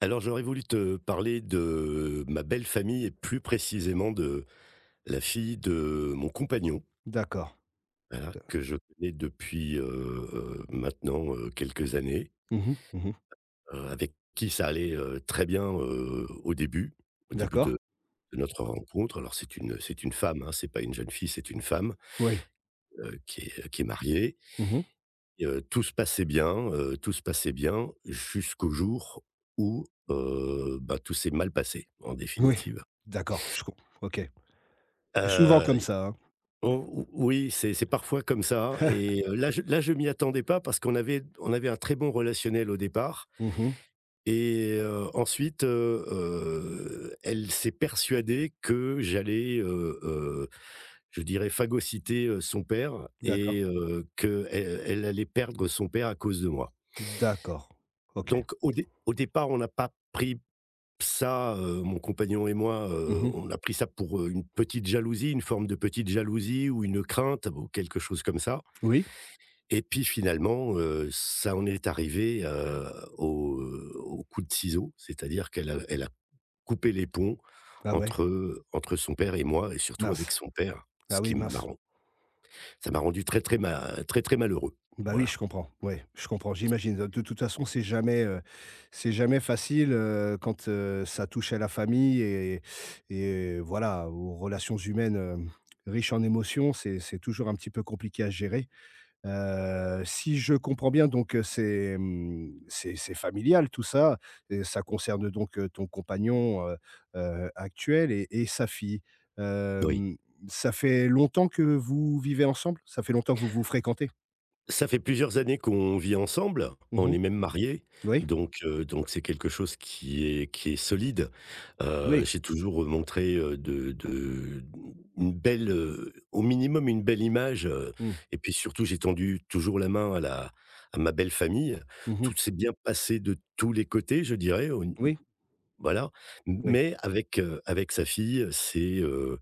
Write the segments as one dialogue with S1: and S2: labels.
S1: Alors j'aurais voulu te parler de ma belle famille et plus précisément de la fille de mon compagnon,
S2: D'accord.
S1: voilà,
S2: Heu,
S1: que je connais depuis, maintenant, quelques années,
S2: mmh mh, mmh
S1: avec qui ça allait, très bien, au début
S2: d'accord.
S1: de notre rencontre. Alors c'est une femme, hein, c'est pas une jeune fille, c'est une femme,
S2: Oui.
S1: qui est mariée
S2: Mmh.
S1: et tout se passait bien, jusqu'au jour où, tout s'est mal passé en
S2: Oui.
S1: définitive.
S2: D'accord, je comprends. OK. C'est souvent
S1: Heu
S2: comme ça, hein.
S1: O oui, c'est parfois comme ça et là je m'y attendais pas parce qu'on avait on avait un très bon relationnel au départ
S2: Mmh.
S1: et ensuite, elle s'est persuadée que j'allais, je dirais phagocyter, son père
S2: D'accord.
S1: et qu'elle elle allait perdre son père à cause de moi.
S2: D'accord. OK.
S1: Donc au départ, on n'a pas pris ça, mon compagnon et moi,
S2: Mmh.
S1: on a pris ça pour, une petite jalousie, une forme de petite jalousie ou une crainte ou quelque chose comme ça.
S2: Oui.
S1: Et puis finalement, ça en est arrivé, au, au coup de ciseau, c'est-à-dire qu'elle a elle a coupé les ponts
S2: Ah ouais,
S1: entre, entre son père et moi et surtout avec
S2: mince.
S1: son père, ce
S2: Ah
S1: qui
S2: oui,
S1: m'a
S2: mince.
S1: ça m'a rendu très, très malheureux.
S2: Bah oui,
S1: Voilà.
S2: je comprends. Ouais, je comprends, j'imagine. De toute façon, c'est jamais facile, quand, ça touche à la famille et voilà, aux relations humaines, riches en émotions, c'est toujours un petit peu compliqué à gérer. Si je comprends bien donc, c'est, mmh, c'est familial tout ça et ça concerne donc, ton compagnon, actuel et sa fille.
S1: Oui.
S2: Hem, ça fait longtemps que vous vivez ensemble? Ça fait longtemps que vous vous fréquentez?
S1: Ça fait plusieurs années qu'on vit ensemble, on
S2: Mmh.
S1: est même mariés,
S2: Oui,
S1: donc c'est quelque chose qui est solide.
S2: oui.
S1: J'ai toujours montré, de une belle, au minimum une belle image,
S2: Mmh.
S1: et puis surtout j'ai tendu toujours la main à ma belle famille. Tout
S2: Mmh.
S1: s'est bien passé de tous les côtés, je dirais, au
S2: Oui,
S1: voilà,
S2: oui.
S1: mais avec, avec sa fille,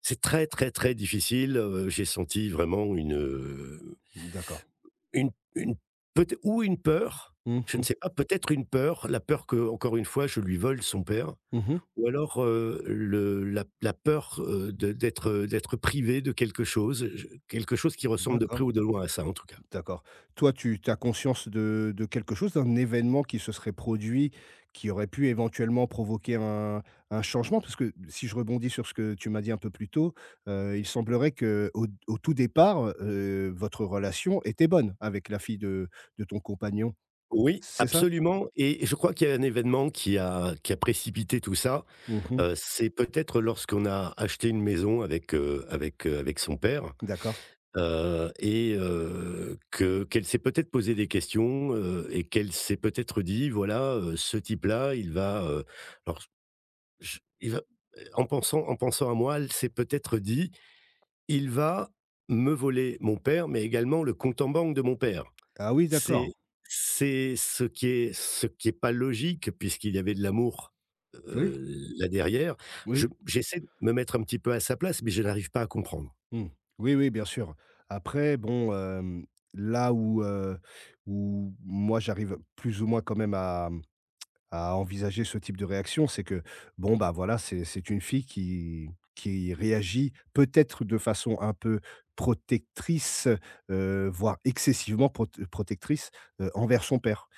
S1: c'est très, très, très difficile, j'ai senti vraiment euh,
S2: D'accord.
S1: une peut ou une peur,
S2: Mmh
S1: je ne
S2: mh.
S1: sais pas, peut-être une peur, la peur que, encore une fois, je lui vole son père
S2: Mmh.
S1: ou alors, le la peur, de d'être, d'être privé de quelque chose, je quelque chose qui ressemble de
S2: D'accord.
S1: près ou de loin à ça, en tout cas.
S2: D'accord. Toi, tu as conscience de quelque chose, d'un événement qui se serait produit, qui aurait pu éventuellement provoquer un changement? Parce que si je rebondis sur ce que tu m'as dit un peu plus tôt, il semblerait que au tout départ, votre relation était bonne avec la fille de ton compagnon,
S1: Oui,
S2: c'est ça?
S1: absolument et je crois qu'il y a un événement qui a précipité tout ça,
S2: Mmh.
S1: c'est peut-être lorsqu'on a acheté une maison avec, avec son père.
S2: D'accord.
S1: Et que qu'elle s'est peut-être posé des questions, et qu'elle s'est peut-être dit: «Voilà, ce type-là, il va, heu». Alors je il va en pensant à moi, elle s'est peut-être dit: «Il va me voler mon père, mais également le compte en banque de mon père».
S2: Ah oui,
S1: C'est
S2: d'accord.
S1: c'est ce qui est pas logique puisqu'il y avait de l'amour,
S2: Oui,
S1: heu, là derrière. Je
S2: oui.
S1: j'essaie de me mettre un petit peu à sa place, mais je n'arrive pas à comprendre.
S2: Mmh. Oui, oui, bien sûr. Après bon, là où, où moi j'arrive plus ou moins quand même à envisager ce type de réaction, c'est que bon, bah, voilà, c'est une fille qui réagit peut-être de façon un peu protectrice, voire excessivement protectrice, envers son père.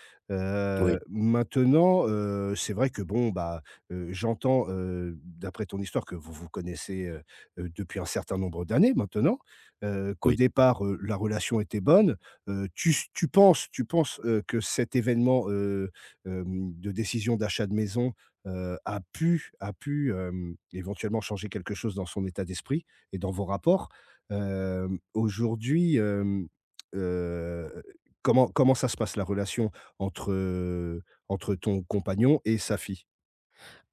S1: Oui,
S2: Maintenant, c'est vrai que bon, bah, j'entends, d'après ton histoire que vous vous connaissez, depuis un certain nombre d'années maintenant, qu'au
S1: oui.
S2: départ, la relation était bonne. Tu penses, que cet événement, de décision d'achat de maison, a pu, éventuellement changer quelque chose dans son état d'esprit et dans vos rapports. Aujourd'hui, heu, comment ça se passe la relation entre, heu, entre ton compagnon et sa fille?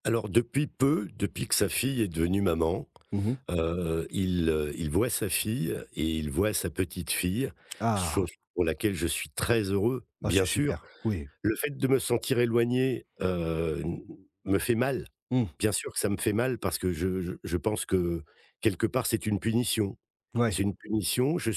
S1: Alors depuis peu, depuis que sa fille est devenue maman,
S2: Mmh.
S1: il voit sa fille et il voit sa petite-fille,
S2: Ah!
S1: chose pour laquelle je suis très heureux,
S2: Ah,
S1: bien
S2: c'est
S1: sûr.
S2: super. Oui.
S1: Le fait de me sentir éloigné, n me fait mal.
S2: Mmh.
S1: Bien sûr que ça me fait mal parce que je pense que quelque part c'est une punition.
S2: Ouais,
S1: C'est une punition, je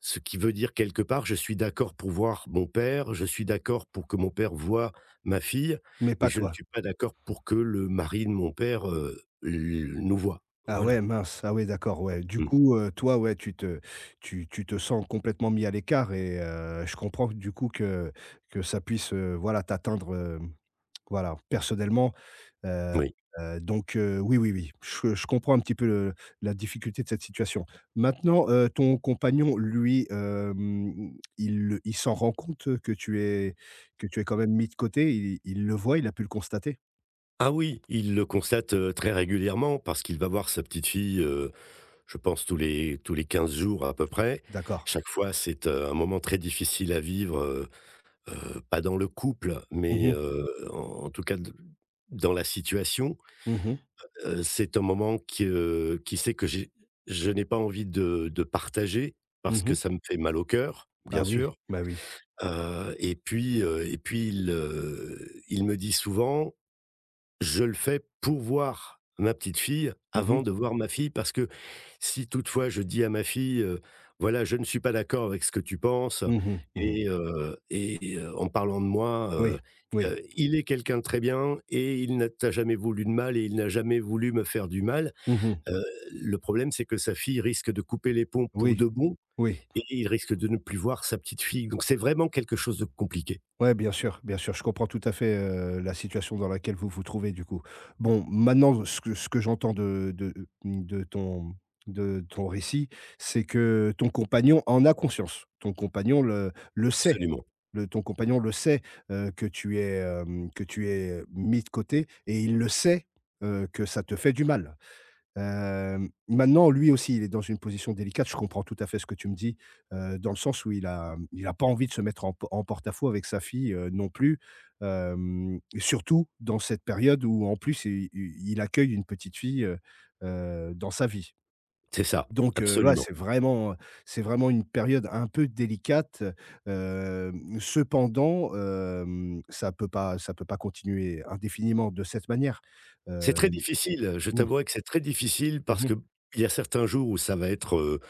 S1: ce qui veut dire quelque part, je suis d'accord pour voir mon père, je suis d'accord pour que mon père voie ma fille,
S2: mais
S1: mais
S2: pas
S1: je ne
S2: toi.
S1: suis pas d'accord pour que le mari de mon père, l nous voie.
S2: Ah
S1: Voilà.
S2: ouais, mince. Ah ouais, d'accord, ouais. Du
S1: Mmh,
S2: coup, toi, ouais, tu te sens complètement mis à l'écart et je comprends du coup que ça puisse, voilà, t'atteindre, voilà, personnellement. Heu,
S1: oui.
S2: donc, oui, oui, oui, je comprends un petit peu le la difficulté de cette situation. Maintenant, ton compagnon, lui, il s'en rend compte, que tu es quand même mis de côté? Il le voit? Il a pu le constater?
S1: Ah oui, il le constate, très régulièrement parce qu'il va voir sa petite fille, je pense tous les 15 jours à peu près.
S2: D'accord.
S1: Chaque fois, c'est un moment très difficile à vivre, pas dans le couple, mais,
S2: Mmh mh.
S1: en tout cas d dans la situation.
S2: Mmh mh.
S1: C'est un moment qui sait que j'ai je n'ai pas envie de partager parce
S2: Mmh
S1: que
S2: mh.
S1: ça me fait mal au cœur, bien
S2: Ah oui,
S1: sûr,
S2: bah oui.
S1: et puis il me dit souvent: «Je le fais pour voir ma petite fille
S2: Mmh mh.
S1: avant de voir ma fille», parce que si toutefois je dis à ma fille, «Voilà, je ne suis pas d'accord avec ce que tu penses
S2: Mmh mh. Mmh mh.
S1: et en parlant de moi,
S2: Oui, oui.
S1: il est quelqu'un de très bien et il n'a t'a jamais voulu de mal et il n'a jamais voulu me faire du mal».
S2: Mmh mh.
S1: Heu, le problème, c'est que sa fille risque de couper les ponts pour
S2: Oui,
S1: de bon
S2: oui.
S1: et il risque de ne plus voir sa petite fille. Donc c'est vraiment quelque chose de compliqué.
S2: Ouais, bien sûr, bien sûr. Je comprends tout à fait, la situation dans laquelle vous vous trouvez, du coup. Bon, maintenant, ce que j'entends mmh, de ton de ton récit, c'est que ton compagnon en a conscience. Ton compagnon le sait.
S1: Absolument.
S2: Le ton compagnon le sait, que tu es, que tu es mis de côté et il le sait, que ça te fait du mal. Maintenant, lui aussi, il est dans une position délicate. Je comprends tout à fait ce que tu me dis, dans le sens où il a mmh, il a pas envie de se mettre en porte-à-faux avec sa fille, non plus. Et surtout dans cette période où, en plus, i i il accueille une petite fille, dans sa vie.
S1: C'est ça,
S2: Là,
S1: absolument.
S2: c'est vraiment une période un peu délicate. Cependant, ça peut pas continuer indéfiniment de cette manière.
S1: C'est très
S2: Hem,
S1: difficile, je
S2: mmh.
S1: t'avouerai que c'est très difficile
S2: Mmh
S1: parce que
S2: mh.
S1: il y a certains jours où ça va être, heu,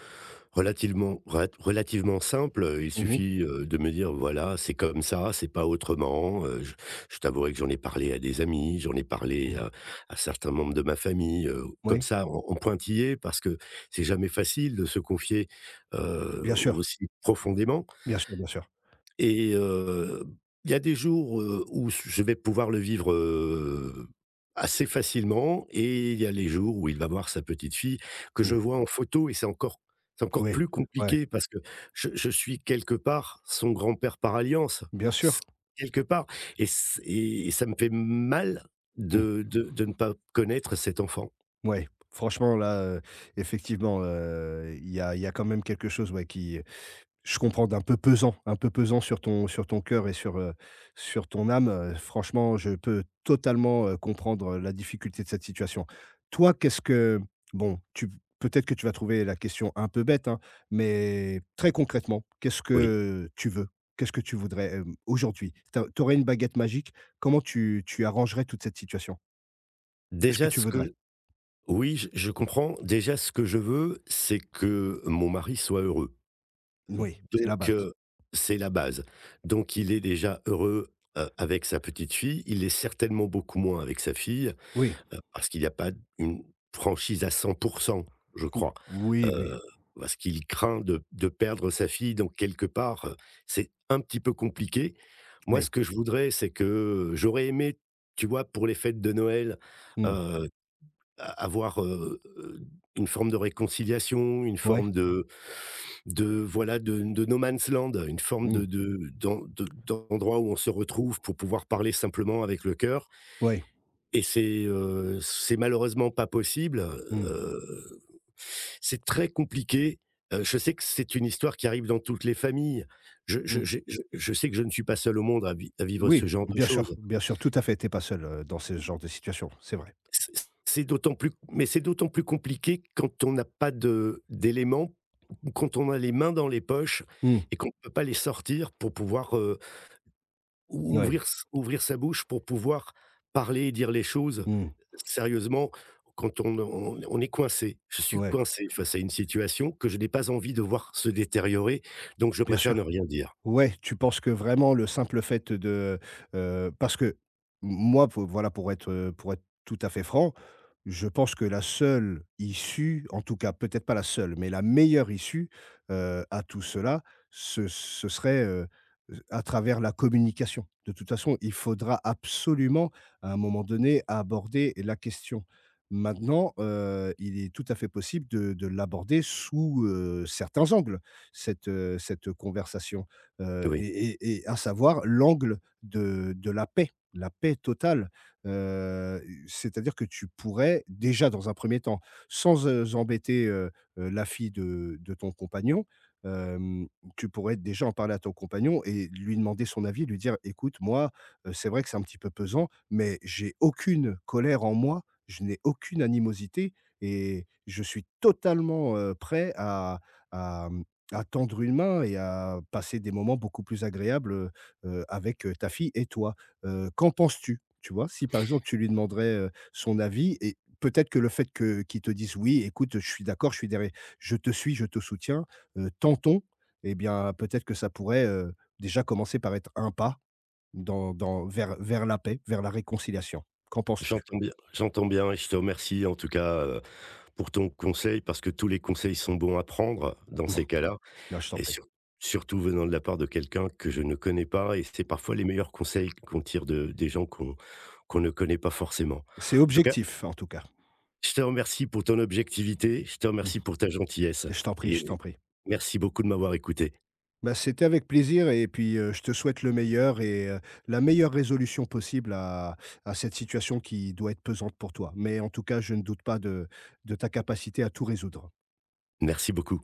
S1: relativement relat relativement simple, il
S2: Mmh.
S1: suffit, de me dire: «Voilà, c'est comme ça, c'est pas autrement», je t'avouerai que j'en ai parlé à des amis, j'en ai parlé
S2: Mmh.
S1: à certains membres de ma famille, comme
S2: Oui.
S1: ça en pointillé parce que c'est jamais facile de se confier,
S2: Bien sûr,
S1: aussi profondément.
S2: bien sûr, bien sûr.
S1: Et il y a des jours, où je vais pouvoir le vivre, assez facilement et il y a les jours où il va voir sa petite fille que je
S2: Mmh.
S1: vois en photo et c'est encore
S2: Oui,
S1: plus
S2: ouais,
S1: compliqué parce que je suis quelque part son grand-père par alliance,
S2: bien
S1: s
S2: sûr.
S1: quelque part et c et ça me fait mal
S2: Mmh.
S1: de ne pas connaître cet enfant.
S2: Ouais, franchement là, effectivement, il y a quand même quelque chose, ouais, qui... Je comprends, d'un peu pesant, un peu pesant sur ton cœur et sur ton âme, franchement, je peux totalement, comprendre, la difficulté de cette situation. Toi, qu'est-ce que bon, tu... peut-être que tu vas trouver la question un peu bête, hein, mais très concrètement, qu'est-ce
S1: Oui.
S2: que tu veux? Qu'est-ce que tu voudrais, aujourd'hui? Tu aurais une baguette magique, comment tu arrangerais toute cette situation? Qu'est-ce que
S1: Déjà
S2: tu
S1: ce
S2: voudrais?
S1: que oui, je comprends. Déjà ce que je veux, c'est que mon mari soit heureux.
S2: Oui, c'est la
S1: Donc
S2: base.
S1: heu, c'est la base. Donc il est déjà heureux, avec sa petite fille, il est certainement beaucoup moins avec sa fille,
S2: Oui,
S1: parce qu'il n'y a pas une franchise à 100%, je
S2: ou
S1: crois.
S2: oui, oui,
S1: Heu, parce qu'il craint de perdre sa fille, donc quelque part, c'est un petit peu compliqué. Moi,
S2: oui.
S1: ce que je voudrais, c'est que j'aurais aimé, tu vois, pour les fêtes de Noël,
S2: Mmh.
S1: heu a avoir, une forme de réconciliation, une
S2: Ouais.
S1: forme de voilà, de no man's land, une forme
S2: Mmh.
S1: de d'endroit où on se retrouve pour pouvoir parler simplement avec le cœur
S2: Ouais.
S1: et c'est malheureusement pas possible,
S2: Mmh.
S1: c'est très compliqué, je sais que c'est une histoire qui arrive dans toutes les familles.
S2: Mmh.
S1: Je sais que je ne suis pas seul au monde à vi à vivre
S2: Oui,
S1: ce genre de choses.
S2: bien sûr, tout à fait. T'es pas seul, dans ce genre de situation, c'est vrai.
S1: C c'est d'autant plus compliqué quand on n'a pas de d'éléments ou quand on a les mains dans les poches
S2: Mmh,
S1: et qu'on ne peut pas les sortir pour pouvoir, ou
S2: ouais,
S1: ouvrir s ouvrir sa bouche pour pouvoir parler et dire les choses
S2: mmh,
S1: sérieusement quand on est coincé. Je suis
S2: ouais,
S1: coincé face à une situation que je n'ai pas envie de voir se détériorer, donc je
S2: bien
S1: préfère ne
S2: sûr.
S1: rien dire.
S2: Ouais, tu penses que vraiment le simple fait de... parce que moi, pour voilà, pour être tout à fait franc, je pense que la seule issue, en tout cas peut-être pas la seule, mais la meilleure issue, à tout cela, ce serait, à travers la communication. De toute façon, il faudra absolument, à un moment donné, aborder la question. Maintenant, il est tout à fait possible de l'aborder sous, certains angles, cette conversation
S1: Oui.
S2: et à savoir l'angle de la paix totale. Heu, c'est-à-dire que tu pourrais déjà dans un premier temps, sans, embêter, la fille de ton compagnon, hem, tu pourrais déjà en parler à ton compagnon et lui demander son avis, lui dire: «Écoute, moi, c'est vrai que c'est un petit peu pesant, mais j'ai aucune colère en moi, je n'ai aucune animosité et je suis totalement, prêt à, mmh à tendre une main et à passer des moments beaucoup plus agréables, avec, ta fille et toi. Qu'en penses-tu? Tu vois? Si par exemple tu lui demanderais, son avis et peut-être que le fait que qu'ils te dise «Oui, écoute, je suis d'accord, je suis derrière, je te suis, je te soutiens, tentons», eh bien peut-être que ça pourrait, déjà commencer par être un pas dans dans vers vers la paix, vers la réconciliation. Qu'en penses-tu?
S1: J'entends bien et je te remercie en tout cas, pour ton conseil parce que tous les conseils sont bons à prendre dans
S2: Bon,
S1: ces cas-là
S2: Là, je t'en
S1: et
S2: prie.
S1: surtout venant de la part de quelqu'un que je ne connais pas et c'est parfois les meilleurs conseils qu'on tire de des gens qu'on ne connaît pas forcément.
S2: C'est
S1: En tout cas,
S2: objectif en tout cas.
S1: je te remercie pour ton objectivité, je te remercie pour ta gentillesse
S2: Je t'en prie,
S1: et
S2: je t'en prie.
S1: merci beaucoup de m'avoir écouté.
S2: Bah, c'était avec plaisir et puis, je te souhaite le meilleur et la meilleure résolution possible à cette situation qui doit être pesante pour toi. Mais en tout cas, je ne doute pas de ta capacité à tout résoudre.
S1: Merci beaucoup.